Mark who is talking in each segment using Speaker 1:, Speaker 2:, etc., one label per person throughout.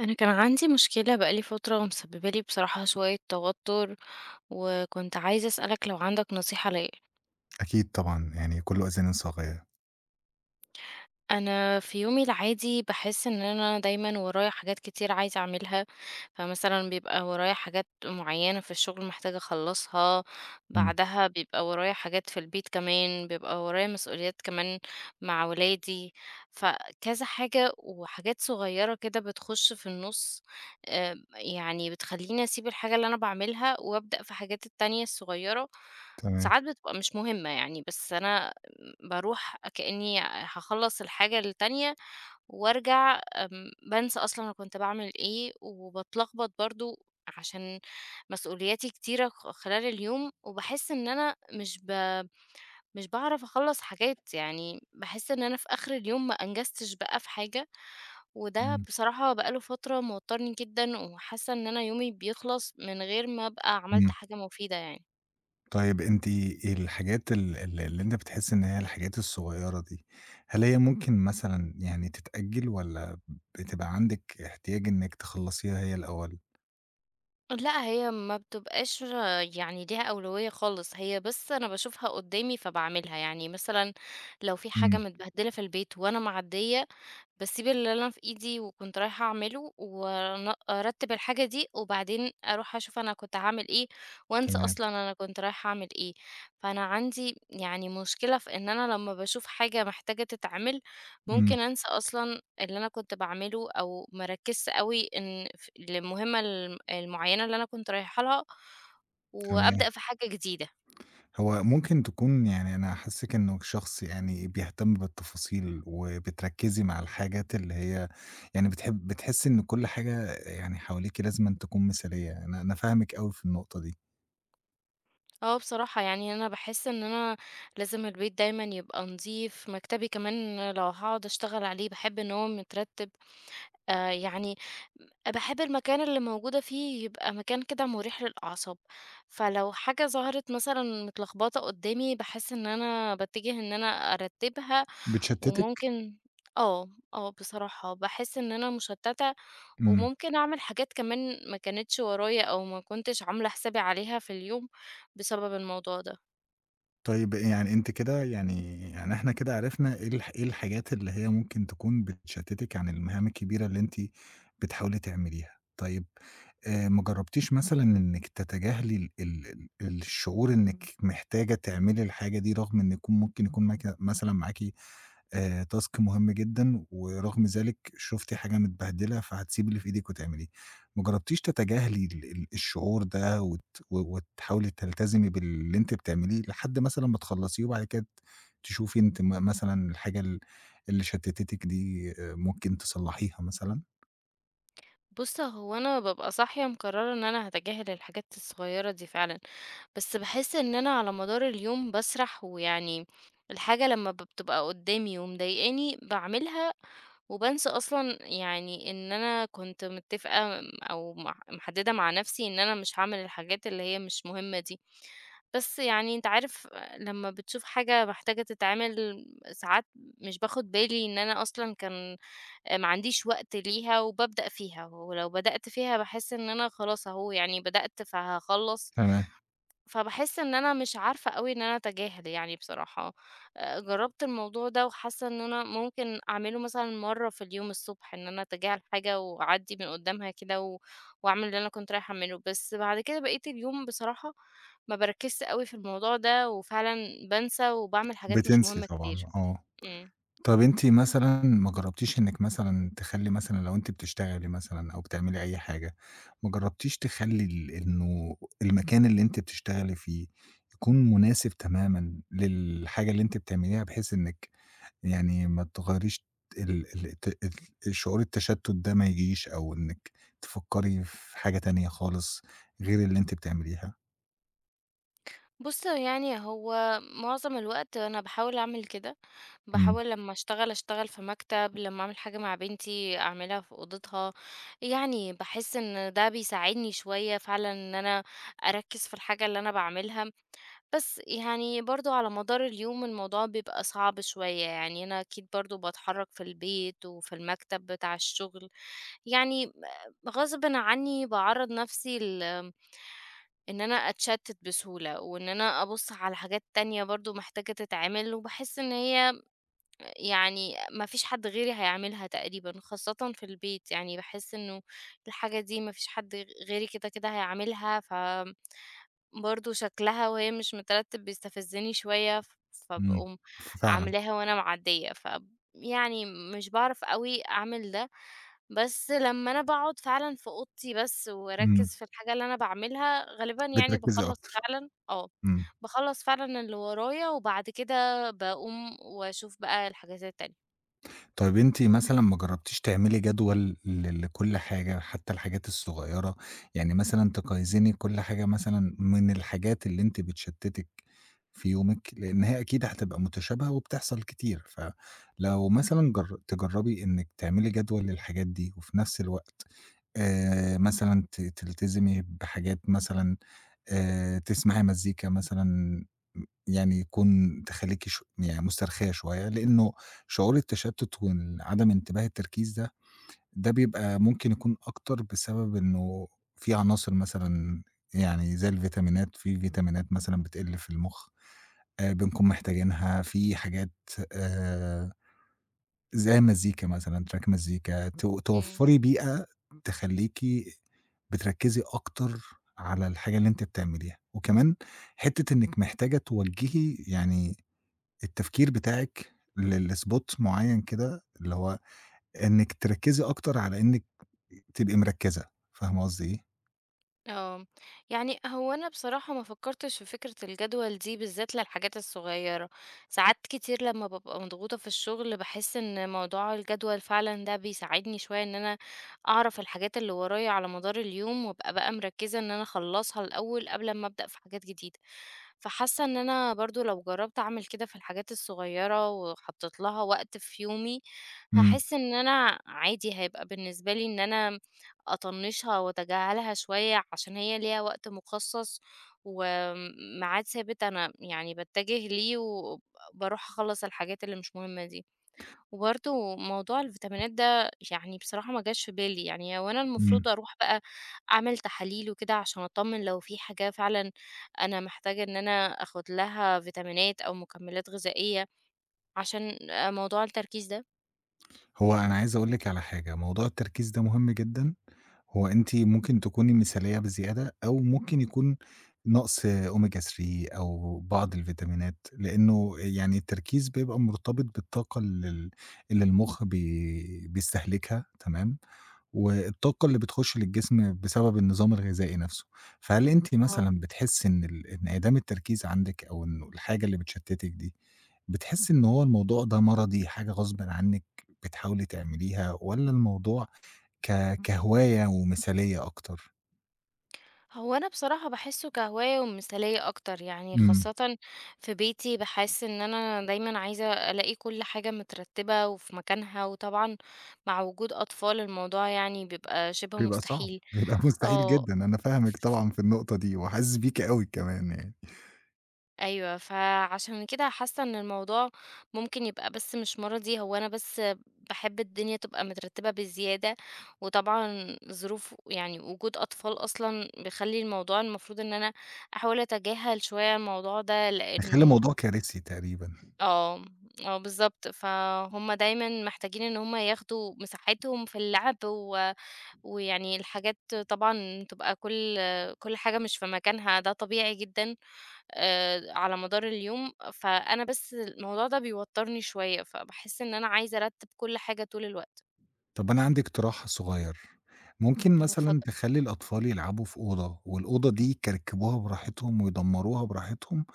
Speaker 1: أنا كان عندي مشكلة بقى لي فترة ومسببة لي بصراحة شوية توتر، وكنت عايزة أسألك لو عندك نصيحة ليا.
Speaker 2: أكيد طبعًا، يعني كُلّه أذان صاغية.
Speaker 1: انا في يومي العادي بحس ان انا دايما ورايا حاجات كتير عايزه اعملها، فمثلا بيبقى ورايا حاجات معينه في الشغل محتاجه اخلصها،
Speaker 2: إمم،
Speaker 1: بعدها بيبقى ورايا حاجات في البيت كمان، بيبقى ورايا مسؤوليات كمان مع ولادي، فكذا حاجه وحاجات صغيره كده بتخش في النص. آه، يعني بتخليني اسيب الحاجه اللي انا بعملها وابدا في حاجات التانية الصغيره.
Speaker 2: تمام،
Speaker 1: ساعات بتبقى مش مهمة يعني، بس أنا باروح كأني هاخلّص الحاجة التانية وارجع بانسى أصلًا أنا كنت باعمل إيه، وباتلخبط برضه عشان مسؤولياتي كتيرة خلال اليوم، وباحس إن أنا مش باعرف أخلّص حاجات، يعني باحس إن أنا في آخر اليوم ما أنجزتش بقى في حاجة، وده
Speaker 2: إمم،
Speaker 1: بصراحة بقى له فترة موتّرني جدًا، وحاسة إن أنا يومي بيخلص من غير ما أبقى عملت
Speaker 2: إمم.
Speaker 1: حاجة مفيدة يعني.
Speaker 2: طيب أنتِ الحاجات ال ال اللي أنتِ بتحسّي إن هي الحاجات الصغيّرة دي، هل هي ممكن مثلًا يعني تتأجّل والّا بتبقى عندِك احتياج إنِّك تخلّصيها هي الأول؟
Speaker 1: لأ، هي ما بتبقاش يعني ليها أولوية خالص، هي بس أنا باشوفها قدّامي فباعملها، يعني مثلًا لو في حاجة
Speaker 2: إمم،
Speaker 1: متبهدلة في البيت وأنا معدية، باسيب اللي أنا في إيدي وكنت رايحة أعمله وأن أرتّب الحاجة دي، وبعدين أروح أشوف أنا كنت هاعمل إيه، وأنسى
Speaker 2: تمام،
Speaker 1: أصلًا أنا كنت رايحة أعمل إيه. فأنا عندي يعني مشكلة في إن أنا لمّا باشوف حاجة محتاجة تتعمل،
Speaker 2: إمم،
Speaker 1: ممكن أنسى أصلًا اللي أنا كنت باعمله، أو ما أركّزش أوي إن ف المهمة المعيّنة اللي أنا كنت رايحة لها،
Speaker 2: تمام.
Speaker 1: وأبدأ في حاجة جديدة.
Speaker 2: هو ممكن تكون يعني أنا حاسِّك إنّك شخص يعني بيهتم بالتفاصيل، وبتركّزي مع الحاجات اللي هي يعني بتحسّي إن كل حاجة يعني حواليكِ لازمًا تكون مثالية، أنا فاهمِك أوي في النقطة دي،
Speaker 1: اه بصراحة يعني انا بحس ان انا لازم البيت دايما يبقى نظيف، مكتبي كمان لو هقعد اشتغل عليه بحب ان هو مترتب. آه يعني بحب المكان اللي موجودة فيه يبقى مكان كده مريح للأعصاب، فلو حاجة ظهرت مثلا متلخبطة قدامي بحس ان انا بتجه ان انا ارتبها.
Speaker 2: بتشتِّتِك؟
Speaker 1: وممكن اه، اه بصراحة بحس ان انا مشتتة،
Speaker 2: إمم.
Speaker 1: وممكن اعمل حاجات كمان ما كانتش ورايا او ما كنتش عاملة حسابي عليها في اليوم بسبب الموضوع ده.
Speaker 2: طيب يعني أنتِ كده يعني يعني إحنا كده عرفنا إيه الحاجات اللي هي ممكن تكون بتشتتِك عن المهام الكبيرة اللي أنتِ بتحاولي تعمليها. طيب ما جربتيش مثلًا إنِّك تتجاهلي ال ال ال الشعور إنِّك محتاجة تعملي الحاجة دي رغم إن يكون ممكن يكون معاكِ task مهم جدًا، ورغم ذلك شُفتِ حاجة متبهدلة فهتسيبي اللي في إيدِك وتعمليه. ما جرّبتيش تتجاهلي ال ال الشعور ده وت و وتحاولي تلتزمي باللي أنتِ بتعمليه لحد مثلًا ما تخلّصيه وبعد كده تشوفي أنتِ مثلًا الحاجة اللي شتتتِك دي ممكن تصلّحيها مثلًا؟
Speaker 1: بُص، هو أنا بابقى صاحية مقررة إن أنا هاتجاهل الحاجات الصغيرة دي فعلًا، بس باحس إن أنا على مدار اليوم باسرح، ويعني الحاجة لمّا بتبقى قدامي ومضايقاني باعملها، وبانسى أصلًا يعني إن أنا كنت متفقة أو محددة مع نفسي إن أنا مش هاعمل الحاجات اللي هي مش مهمة دي. بس يعني أنت عارف، لمّا بتشوف حاجة محتاجة تتعمل ساعات مش باخد بالي إن أنا أصلًا كان ما عنديش وقت ليها وبابدأ فيها، ولو بدأت فيها باحس إن أنا خلاص أهو يعني بدأت فهاخلّص،
Speaker 2: تمام.
Speaker 1: فباحس إن أنا مش عارفة أوي إن أنا أتجاهل يعني بصراحة. جرّبت الموضوع ده وحاسة إن أنا ممكن أعمله مثلًا مرّة في اليوم الصبح، إن أنا أتجاهل حاجة وأعدّي من قدّامها كده وأعمل اللي أنا كنت رايحة أعمله، بس بعد كده بقية اليوم بصراحة ما باركّزش أوي في الموضوع ده، وفعلًا بانسى وباعمل حاجات مش
Speaker 2: بتنسي
Speaker 1: مهمة
Speaker 2: طبعًا،
Speaker 1: كتير.
Speaker 2: آه.
Speaker 1: إمم.
Speaker 2: طب أنتِ مثلًا ما جرّبتيش إنِّك مثلًا تخلّي مثلًا لو أنتِ بتشتغلي مثلًا أو بتعملي أي حاجة، ما جرّبتيش تخلّي ال إنه المكان اللي أنتِ بتشتغلي فيه يكون مناسب تمامًا للحاجة اللي أنتِ بتعمليها، بحيث إنِّك يعني ما تغيّريش ال ال الت ال شعور التشتُّت ده ما يجيش أو إنِّك تفكّري في حاجة تانية خالص غير اللي أنتِ بتعمليها؟
Speaker 1: بُص، يعني هو معظم الوقت أنا باحاول أعمل كده،
Speaker 2: إمم،
Speaker 1: باحاول لمّا أشتغل، أشتغل في مكتب، لمّا أعمل حاجة مع بنتي أعملها في أوضتها، يعني باحس إن ده بيساعدني شوية فعلًا إن أنا أركّز في الحاجة اللي أنا باعملها، بس يعني برضه على مدار اليوم الموضوع بيبقى صعب شوية، يعني أنا أكيد برضه باتحرك في البيت وفي المكتب بتاع الشغل، يعني غصبٍ عني باعرّض نفسي إن أنا أتشتت بسهولة، وإن أنا أبُص على حاجات تانية برضه محتاجة تتعمل، وباحس إن هي يعني ما فيش حد غيري هيعملها تقريبًا، خاصةً في البيت يعني باحس إنه الحاجة دي ما فيش حد غيري كده هيعملها، فبرضه شكلها وهي مش مترتب بيستفزني شوية،
Speaker 2: إمم،
Speaker 1: فباقوم
Speaker 2: فعلًا،
Speaker 1: عاملاها وأنا معدية، ف يعني مش باعرف أوي أعمل ده. بس لمّا أنا باقعد فعلًا في أوضتي بس
Speaker 2: إمم،
Speaker 1: وأركّز في الحاجة اللي أنا باعملها، غالبًا يعني
Speaker 2: بتركّزي
Speaker 1: باخلّص
Speaker 2: أكتر،
Speaker 1: فعلًا آه،
Speaker 2: إمم.
Speaker 1: باخلّص فعلًا اللي ورايا وبعد كده باقوم وأشوف بقى الحاجات التانية.
Speaker 2: طيب أنتِ مثلًا ما جرّبتيش تعملي جدول ل لكل حاجة، حتى الحاجات الصغيرة؟ يعني مثلًا تقزّمي كل حاجة مثلًا من الحاجات اللي أنتِ بتشتتِك في يومِك، لإن هي أكيد هتبقى متشابهة وبتحصل كتير، فلو مثلًا تجرّبي إنِّك تعملي جدول للحاجات دي، وفي نفس الوقت مثلًا ت تلتزمي بحاجات مثلًا تسمعي مزيكا مثلًا يعني يكون تخلّيكِ يعني مسترخية شوية، لإنه شعور التشتت وعدم انتباه التركيز ده، ده بيبقى ممكن يكون أكتر بسبب إنه في عناصر مثلًا يعني زي الفيتامينات، في فيتامينات مثلًا بتقِل في المُخ، بنكون محتاجينها، في حاجات آآ زي المزيكا مثلًا، تراك مزيكا، ت
Speaker 1: إمم.
Speaker 2: توفّري بيئة تخلّيكِ بتركّزي أكتر على الحاجة اللي أنتِ بتعمليها، وكمان حتّة إنِّك محتاجة توجّهي يعني التفكير بتاعِك ل لspot معيّن كده، اللي هو إنِّك تركّزي أكتر على إنِّك تبقي مركّزة، فاهمة قصدي إيه؟
Speaker 1: اه يعني هو انا بصراحة ما فكرتش في فكرة الجدول دي بالذات للحاجات الصغيرة. ساعات كتير لما ببقى مضغوطة في الشغل بحس ان موضوع الجدول فعلا ده بيساعدني شوية ان انا اعرف الحاجات اللي ورايا على مدار اليوم وابقى بقى مركزة ان انا اخلصها الاول قبل ما ابدأ في حاجات جديدة، فحاسة ان انا برضو لو جربت اعمل كده في الحاجات الصغيرة وحطيت لها وقت في يومي
Speaker 2: إمم،
Speaker 1: هحس ان انا عادي هيبقى بالنسبة لي ان انا أطنّشها وأتجاهلها شوية عشان هي ليها وقت مخصص وميعاد ثابت أنا يعني باتجه ليه وباروح أخلّص الحاجات اللي مش مهمة دي. وبرضه موضوع الفيتامينات ده يعني بصراحة ما جاش في بالي، يعني هو أنا
Speaker 2: إمم.
Speaker 1: المفروض أروح بقى أعمل تحاليل وكده عشان أطمّن لو في حاجة فعلًا أنا محتاجة إن أنا آخُد لها فيتامينات أو مكمّلات غذائية عشان موضوع التركيز ده؟
Speaker 2: هو أنا عايز أقول لِك على حاجة، موضوع التركيز ده مهم جدًا، هو أنتِ ممكن تكوني مثالية بزيادة أو ممكن يكون نقص omega 3 أو بعض الفيتامينات، لإنه يعني التركيز بيبقى مرتبط بالطاقة اللي المُخ بيستهلكها، تمام؟ والطاقة اللي بتخُش للجسم بسبب النظام الغذائي نَفْسه، فهل أنتِ مثلًا بتحسّي إن ال انعدام التركيز عندِك أو إنه الحاجة اللي بتشتِّتِك دي، بتحسّي إن هو الموضوع ده مرضي، حاجة غصبٍ عنِّك بتحاولي تعمليها والّا الموضوع ك كهواية ومثالية أكتر؟
Speaker 1: هو انا بصراحة بحسه كهواية ومثالية اكتر يعني،
Speaker 2: إمم،
Speaker 1: خاصة في بيتي بحس ان انا دايما عايزة الاقي كل حاجة مترتبة وفي مكانها، وطبعا مع وجود اطفال الموضوع يعني بيبقى شبه
Speaker 2: بيبقى صعب،
Speaker 1: مستحيل.
Speaker 2: بيبقى مستحيل
Speaker 1: اه
Speaker 2: جدًا، أنا فاهمِك طبعًا في النقطة دي وحاسس بيكِ أوي كمان يعني،
Speaker 1: أيوه، فعشان كده حاسة إن الموضوع ممكن يبقى بس مش مرضي، هو أنا بس باحب الدنيا تبقى مترتبة بزيادة، وطبعًا ظروف يعني وجود أطفال أصلًا بيخلّي الموضوع المفروض إن أنا أحاول أتجاهل شوية الموضوع ده،
Speaker 2: بيخلّي
Speaker 1: لإنه
Speaker 2: الموضوع كارثي تقريبًا.
Speaker 1: آه، آه بالضبط، فهُم دايمًا محتاجين إن هُم ياخدوا مساحتهم في اللعب ويعني الحاجات طبعًا تبقى كل حاجة مش في مكانها، ده طبيعي جدًا. على مدار اليوم، فأنا بس الموضوع ده بيوتّرني شوية، فباحس إن أنا عايزة أرتّب كل حاجة طول الوقت.
Speaker 2: طب أنا عندي اقتراح صغير، ممكن مثلًا
Speaker 1: اتفضل.
Speaker 2: تخلّي الأطفال يلعبوا في أوضة والأوضة دي يكركبوها براحتهم ويدمّروها براحتهم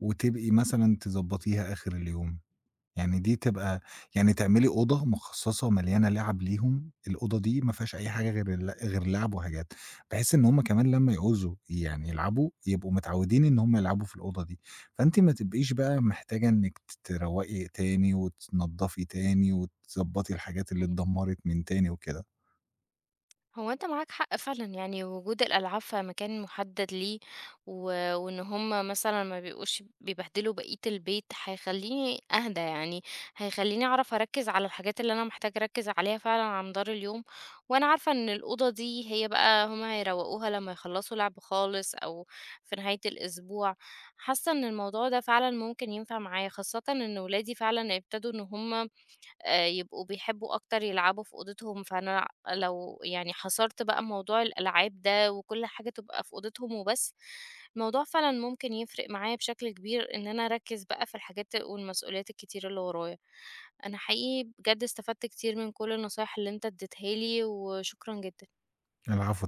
Speaker 2: وتبقي مثلًا تضبّطيها آخر اليوم. يعني دي تبقى يعني تعملي أوضة مخصصة مليانة لعب ليهم، الأوضة دي ما فيهاش أي حاجة غير ال غير لعب وحاجات، بحيث إن هُم كمان لمّا يعوزوا يعني يلعبوا، يبقوا متعودين إن هُم يلعبوا في الأوضة دي، فأنتِ ما تبقيش بقى محتاجة إنِّك ت تروّقي تاني وتنضّفي تاني وتضبّطي الحاجات اللي اتدمّرت من تاني وكده.
Speaker 1: هو أنت معاك حق فعلًا، يعني وجود الألعاب في مكان محدد ليه و وإن هم مثلًا ما بيبقوش بيبهدلوا بقية البيت، هيخلّيني أهدى يعني، هيخلّيني أعرف أركّز على الحاجات اللي أنا محتاجة أركّز عليها فعلًا على مدار اليوم، وأنا عارفة إن الأوضة دي هي بقى هم هيروّقوها لمّا يخلّصوا لعب خالص أو في نهاية الأسبوع. حاسة إن الموضوع ده فعلًا ممكن ينفع معايا، خاصةً إن ولادي فعلًا ابتدوا إن هم يبقوا بيحبوا أكتر يلعبوا في أوضتهم، فأنا لو يعني حصرت بقى موضوع الألعاب ده وكل حاجة تبقى في أوضتهم وبس، الموضوع فعلًا ممكن يفرق معايا بشكل كبير إن أنا أركّز بقى في الحاجات والمسؤوليات الكتير اللي ورايا. أنا حقيقي بجد استفدت كتير من كل النصايح اللي أنت اديتها لي، وشكرًا جدًا.
Speaker 2: العفو.